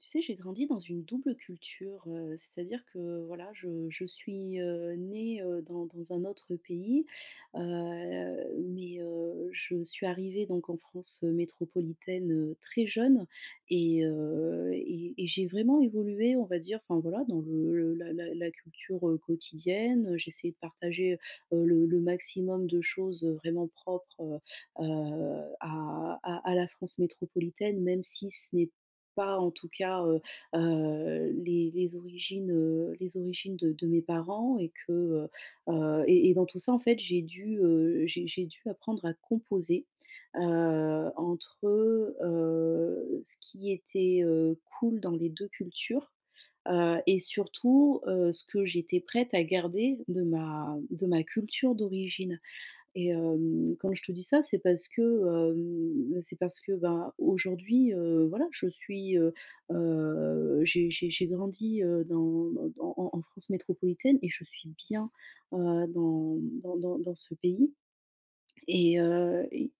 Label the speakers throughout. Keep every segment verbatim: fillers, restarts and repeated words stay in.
Speaker 1: Tu sais, j'ai grandi dans une double culture, heu, c'est-à-dire que voilà, je je suis, heu, née, heu, dans dans un autre pays, heu, mais heu, je suis arrivée donc en France, métropolitaine, heu, très jeune et heu et et j'ai vraiment évolué, on va dire, enfin voilà, dans le le la la la culture, heu, quotidienne. Heu, j'ai essayé de partager, heu, le le maximum de choses, heu, vraiment propres, heu heu, à à à la France métropolitaine, même si ce n'est pas en tout cas, heu heu, les les origines, heu, les origines de de mes parents et que, heu heu et et dans tout ça, en fait, j'ai dû, heu, j'ai j'ai dû apprendre à composer, heu, entre, heu, ce qui était, heu, cool dans les deux cultures, heu et surtout, heu, ce que j'étais prête à garder de ma de ma culture d'origine. Et hem, quand je te dis ça, c'est parce que, hem, c'est parce que, bah, aujourd'hui, heu, voilà, je suis, heu heu, j'ai j'ai j'ai grandi, heu, dans dans en en France métropolitaine et je suis bien, heu, dans dans dans dans ce pays et heu et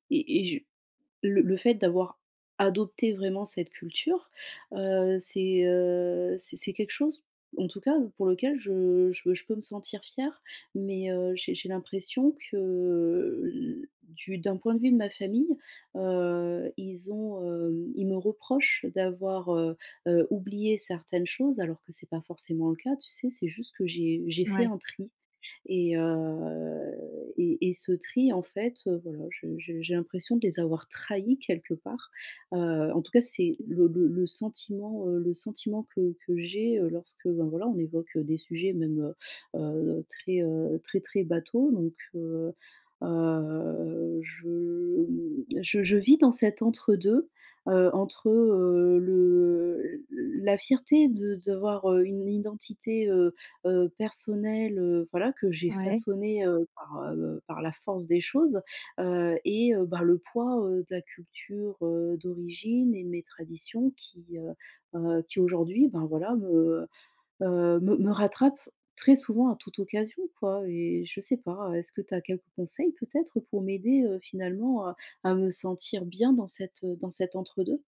Speaker 1: le le fait d'avoir adopté vraiment cette culture, heu, c'est, heu, c'est c'est quelque chose, en tout cas, pour lequel je je je peux me sentir fière, mais heu, j'ai j'ai l'impression que, heu, du d'un point de vue de ma famille, heu, ils ont, hem, ils me reprochent d'avoir, heu heu, oublié certaines choses alors que c'est pas forcément le cas, tu sais? C'est juste que j'ai j'ai fait
Speaker 2: Ouais,
Speaker 1: un tri. Et, heu et et ce tri, en fait, heu, voilà, je je j'ai l'impression de les avoir trahis quelque part. Heu, en tout cas, c'est le le le sentiment, heu, le sentiment que que j'ai, heu, lorsque, ben, voilà, on évoque des sujets même, heu heu, très, heu, très, très bateaux. Donc heu heu, je, mmh, je je vis dans cet entre-deux, heu, entre, heu, le la fierté de d'avoir, heu, une identité, heu heu, personnel, heu, voilà, que j'ai
Speaker 2: ouais.
Speaker 1: façonné, heu, par, heu, par la force des choses, heu et heu, bah, le poids, heu, de la culture, heu, d'origine et de mes traditions qui, heu heu, qui aujourd'hui, ben, voilà, me, heu, me me rattrapent très souvent à toute occasion, quoi. Et je sais pas, est-ce que tu as quelques conseils peut-être pour m'aider, heu, finalement à à me sentir bien dans cette, dans cet entre deux?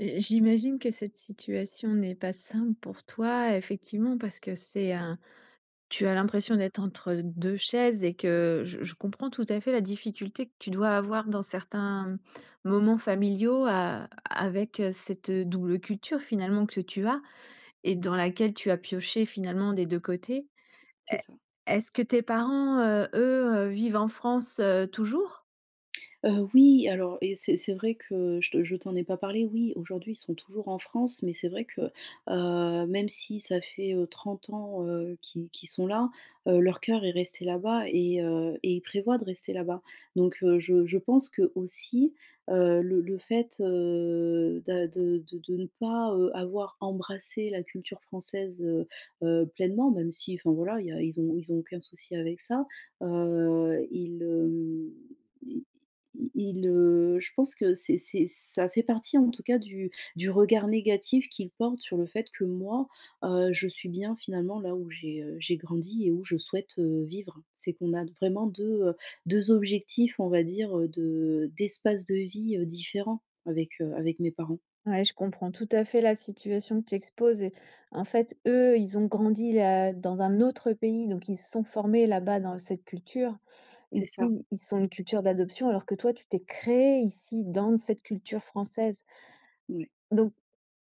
Speaker 2: Heu, j'imagine que cette situation n'est pas simple pour toi, effectivement, parce que c'est un tu as l'impression d'être entre deux chaises et que je je comprends tout à fait la difficulté que tu dois avoir dans certains moments familiaux a avec, heu, cette double culture finalement que tu as et dans laquelle tu as pioché finalement des deux côtés.
Speaker 1: C'est
Speaker 2: Est
Speaker 1: ça.
Speaker 2: Est-ce que tes parents, heu, eux, heu, vivent en France, heu, toujours?
Speaker 1: Heu, oui, alors. Et c'est c'est vrai que je te je t'en ai pas parlé, oui, aujourd'hui, ils sont toujours en France, mais c'est vrai que, heu, même si ça fait, heu, trente ans, heu, qu'ils qu'ils sont là, heu, leur cœur est resté là-bas et heu et ils prévoient de rester là-bas. Donc heu, je je pense qu'aussi, heu, le le fait, heu, d'a de de de ne pas, heu, avoir embrassé la culture française, heu heu, pleinement, même si, enfin voilà, il y a ils ont ils ont aucun souci avec ça, heu, ils, hem, il, heu, je pense que c'est c'est ça fait partie en tout cas du du regard négatif qu'il porte sur le fait que moi, heu, je suis bien finalement là où j'ai, heu, j'ai grandi et où je souhaite, heu, vivre. C'est qu'on a vraiment deux heu, deux objectifs, on va dire, heu, de d'espace de vie, heu, différents avec, heu, avec mes parents.
Speaker 2: Ouais, je comprends tout à fait la situation que tu exposes et en fait, eux, ils ont grandi là, dans un autre pays, donc ils se sont formés là-bas dans cette culture.
Speaker 1: C'est
Speaker 2: Ici,
Speaker 1: ça,
Speaker 2: ils sont une culture d'adoption, alors que toi, tu t'es créé ici dans cette culture française.
Speaker 1: ouais,
Speaker 2: Donc,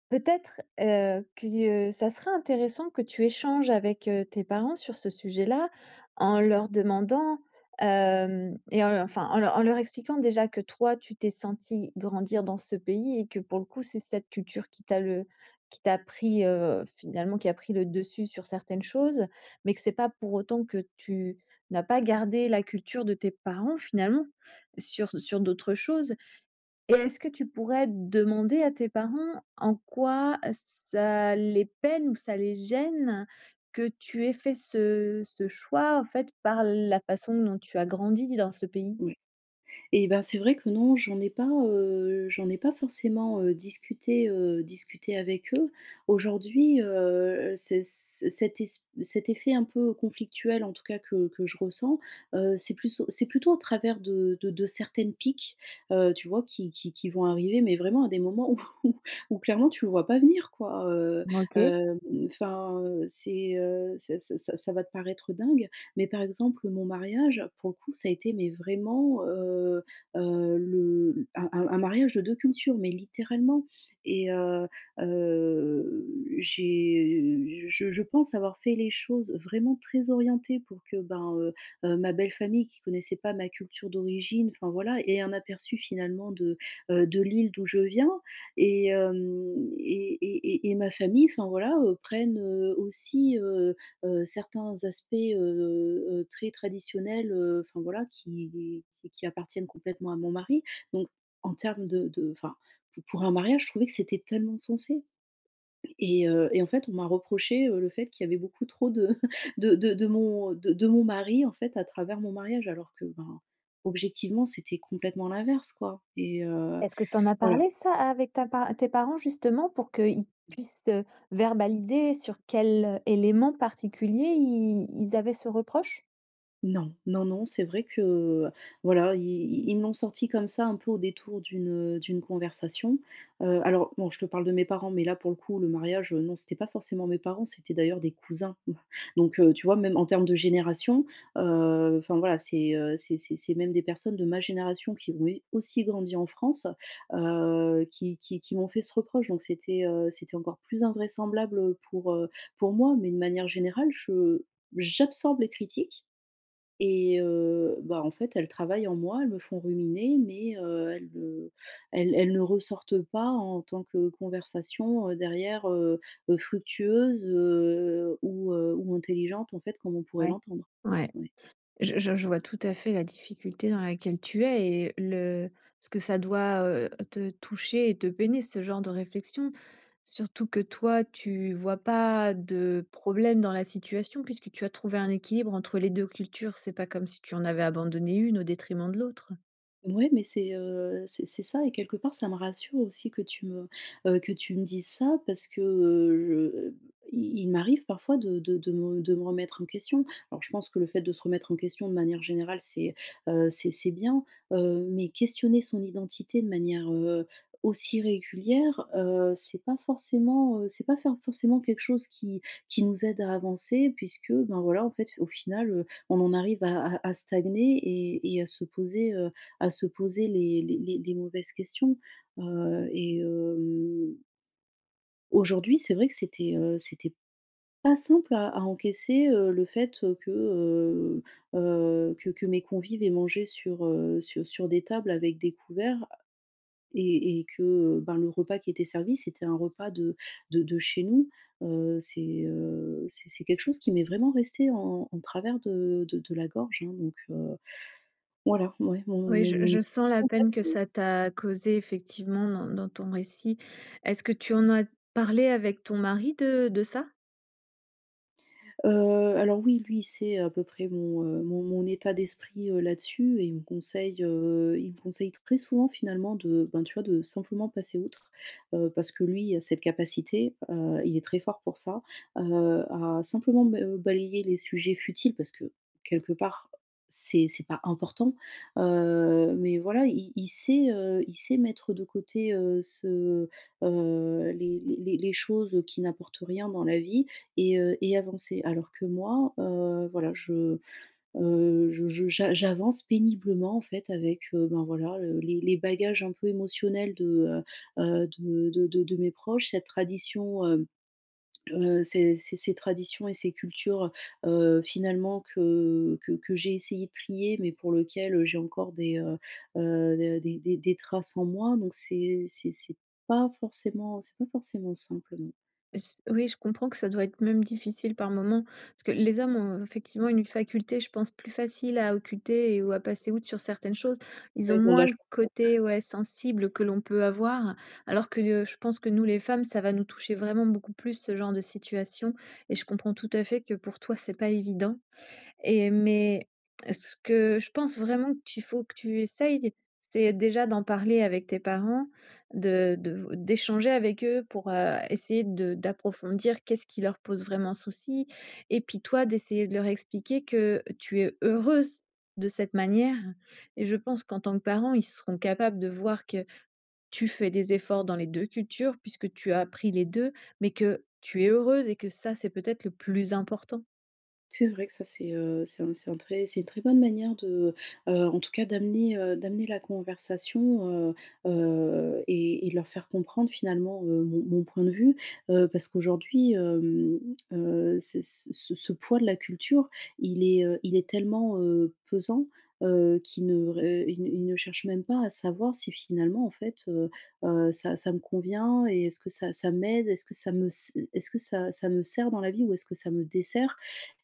Speaker 2: peut-être, heu, que euh, ça serait intéressant que tu échanges avec, heu, tes parents sur ce sujet-là, en leur demandant, hem et en enfin, en leur en leur expliquant déjà que toi, tu t'es senti grandir dans ce pays et que pour le coup, c'est cette culture qui t'a le qui t'a pris, heu, finalement qui a pris le dessus sur certaines choses, mais que c'est pas pour autant que tu n'as pas gardé la culture de tes parents finalement, sur sur d'autres choses. Et est-ce que tu pourrais demander à tes parents en quoi ça les peine ou ça les gêne que tu aies fait ce ce choix, en fait, par la façon dont tu as grandi dans ce pays?
Speaker 1: ouais. Et ben, c'est vrai que non, j'en ai pas, heu, j'en ai pas forcément, heu, discuté, heu, discuté avec eux. Aujourd'hui, heu, c'est c cet es cet effet un peu conflictuel, en tout cas que que je ressens, heu, c'est plus c'est plutôt au travers de de de certaines piques, heu, tu vois, qui qui qui vont arriver, mais vraiment à des moments où où clairement tu le vois pas venir, quoi, heu,
Speaker 2: OK.
Speaker 1: hem, enfin, c'est, heu, ça ça ça ça va te paraître dingue, mais par exemple, mon mariage, pour le coup, ça a été mais vraiment, heu heu, le un un un mariage de deux cultures, mais littéralement. et heu heu, j'ai je je pense avoir fait les choses vraiment très orientées pour que, ben, heu heu, ma belle famille qui connaissait pas ma culture d'origine, enfin voilà, ait un aperçu finalement de, heu, de l'île d'où je viens et hem et et et et ma famille, enfin voilà, heu, prenne, heu, aussi, euh, heu, certains aspects, heu heu, très traditionnels, heu, enfin voilà, qui qui qui appartiennent complètement à mon mari. Donc en termes de de enfin, pou pour un mariage, je trouvais que c'était tellement sensé. et heu et en fait, on m'a reproché, heu, le fait qu'il y avait beaucoup trop de de de de mon de de mon mari, en fait, à travers mon mariage alors que, ben, objectivement, c'était complètement l'inverse, quoi. Et heu,
Speaker 2: Est-ce que tu en as
Speaker 1: voilà.
Speaker 2: parlé ça avec ta par tes parents justement pour qu'ils puissent, heu, verbaliser sur quel euh, élément particulier i ils avaient ce reproche?
Speaker 1: Non, non, non, c'est vrai que, voilà, i i ils me l'ont sorti comme ça, un peu au détour d'une, d'une conversation. Heu, alors bon, je te parle de mes parents, mais là, pour le coup, le mariage, heu, non, c'était pas forcément mes parents, c'était d'ailleurs des cousins. Donc heu, tu vois, même en termes de génération, heu, enfin voilà, c'est, heu, c'est c'est c'est même des personnes de ma génération qui ont eu aussi grandi en France, heu, qui qui qui m'ont fait ce reproche. Donc c'était, heu, c'était encore plus invraisemblable, pour, heu, pour moi, mais de manière générale, je j'absorbe les critiques, et heu, bah, en fait, elles travaillent en moi, elles me font ruminer, mais heu, elles, heu, elles elles ne ressortent pas en tant que conversation, heu, derrière, heu heu, fructueuse, heu, ou heu, ou intelligente, en fait, comme on pourrait
Speaker 2: Ouais.
Speaker 1: l'entendre.
Speaker 2: Ouais.
Speaker 1: Ouais.
Speaker 2: Je je je vois tout à fait la difficulté dans laquelle tu es et le ce que ça doit, heu, te toucher et te peiner ce genre de réflexion. Surtout que toi, tu vois pas de problème dans la situation puisque tu as trouvé un équilibre entre les deux cultures. C'est pas comme si tu en avais abandonné une au détriment de l'autre.
Speaker 1: Ouais, mais c'est, heu, c'est c'est ça et quelque part, ça me rassure aussi que tu me, heu, que tu me dises ça parce que, heu, je il il m'arrive parfois de de de me de me remettre en question. Alors je pense que le fait de se remettre en question de manière générale, c'est, heu, c'est c'est bien, heu, mais questionner son identité de manière, heu, aussi régulière, heu, c'est pas forcément, heu, c'est pas faire forcément quelque chose qui qui nous aide à avancer puisque, ben, voilà, en fait, au final, heu, on en arrive à à à stagner et et à se poser, à se poser les les les les mauvaises questions, heu et hem, aujourd'hui, c'est vrai que c'était, heu, c'était pas simple à à encaisser, heu, le fait que, heu heu, que que mes convives aient mangé sur, heu, sur sur des tables avec des couverts et et que, ben, le repas qui était servi, c'était un repas de de de chez nous. Heu, c'est, heu, c'est c'est quelque chose qui m'est vraiment resté en en travers de de de la gorge, hein, donc heu, voilà, ouais, mon
Speaker 2: Oui,
Speaker 1: mon
Speaker 2: je
Speaker 1: mon
Speaker 2: je
Speaker 1: identité,
Speaker 2: sens la
Speaker 1: en
Speaker 2: peine que
Speaker 1: fait.
Speaker 2: ça t'a causé effectivement dans dans ton récit. Est-ce que tu en as parlé avec ton mari de de ça?
Speaker 1: Heu, alors oui, lui, c'est à peu près mon, heu, mon mon état d'esprit, heu, là-dessus et il me conseille, heu, il me conseille très souvent finalement de, ben, tu vois, de simplement passer outre, heu, parce que lui a cette capacité, heu, il est très fort pour ça, heu, à simplement ba heu, balayer les sujets futiles parce que quelque part, c'est c'est pas important, heu, mais voilà, il il sait, heu, il sait mettre de côté, heu, ce, heu, les les les les choses qui n'apportent rien dans la vie et heu et avancer. Alors que moi, heu, voilà, je, heu, je je j'a j'avance péniblement en fait avec, heu, ben, voilà, heu, les les bagages un peu émotionnels de, heu heu, de de de de mes proches, cette tradition, heu heu, ces ces ces traditions et ces cultures, heu, finalement que que que j'ai essayé de trier, mais pour lequel, j'ai encore des, heu heu, des des des des traces en moi. Donc c'est c'est c'est pas forcément. C'est pas forcément simple, non.
Speaker 2: S Oui, je comprends que ça doit être même difficile par moment, parce que les hommes ont effectivement une faculté, je pense, plus facile à occulter et ou à passer outre sur certaines choses. Ils ont
Speaker 1: Ouais, ils ont de
Speaker 2: moins
Speaker 1: la
Speaker 2: le
Speaker 1: chance.
Speaker 2: côté, ouais, sensible que l'on peut avoir, alors que, heu, je pense que nous les femmes, ça va nous toucher vraiment beaucoup plus ce genre de situation et je comprends tout à fait que pour toi, c'est pas évident. Et mais ce que je pense vraiment qu'il faut que tu essayes, c'est déjà d'en parler avec tes parents, de de d'échanger avec eux pour, heu, essayer de d'approfondir qu'est-ce qui leur pose vraiment souci et puis toi d'essayer de leur expliquer que tu es heureuse de cette manière et je pense qu'en tant que parent, ils seront capables de voir que tu fais des efforts dans les deux cultures puisque tu as appris les deux, mais que tu es heureuse et que ça, c'est peut-être le plus important.
Speaker 1: C'est vrai que ça c'est, heu, c'est un c'est un très c'est une très bonne manière de, heu, en tout cas d'amener, heu, d'amener la conversation, heu heu et et de leur faire comprendre finalement, heu, mon mon point de vue. Heu, parce qu'aujourd'hui, hem, heu, c'est ce ce ce poids de la culture, il est, heu, il est tellement, heu, pesant, heu, qu'ils ne ré ils ne ils ne cherchent même pas à savoir si finalement en fait, heu heu, ça ça me convient et est-ce que ça ça m'aide? Est-ce que ça me s est-ce que ça ça me sert dans la vie ou est-ce que ça me dessert?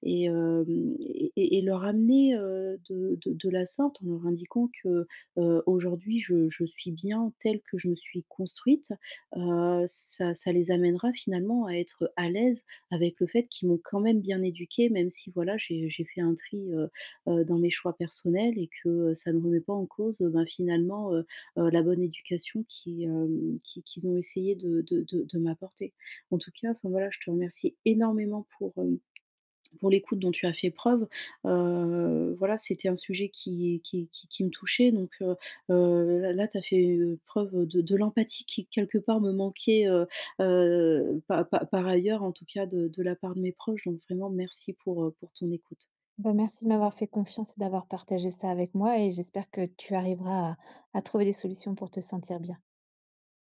Speaker 1: et, hem et et et leur amener, heu, de de de la sorte, en leur indiquant que, heu, aujourd'hui, je je suis bien telle que je me suis construite, heu, ça ça les amènera finalement à être à l'aise avec le fait qu'ils m'ont quand même bien éduquée, même si voilà, j'ai j'ai fait un tri, heu heu, dans mes choix personnels et que, heu, ça ne remet pas en cause, heu, ben, finalement, heu heu, la bonne éducation qui, hem, qui qu'ils ont essayé de de de de m'apporter. En tout cas, enfin voilà, je te remercie énormément pour, hem pour l'écoute dont tu as fait preuve, heu, voilà, c'était un sujet qui qui qui qui me touchait donc heu heu, là tu as fait, heu, preuve de de l'empathie qui quelque part me manquait, heu heu, pa pa par ailleurs en tout cas de de la part de mes proches donc vraiment merci pour, heu, pour ton écoute.
Speaker 2: Bah, merci de m'avoir fait confiance et d'avoir partagé ça avec moi et j'espère que tu arriveras à à trouver des solutions pour te sentir bien.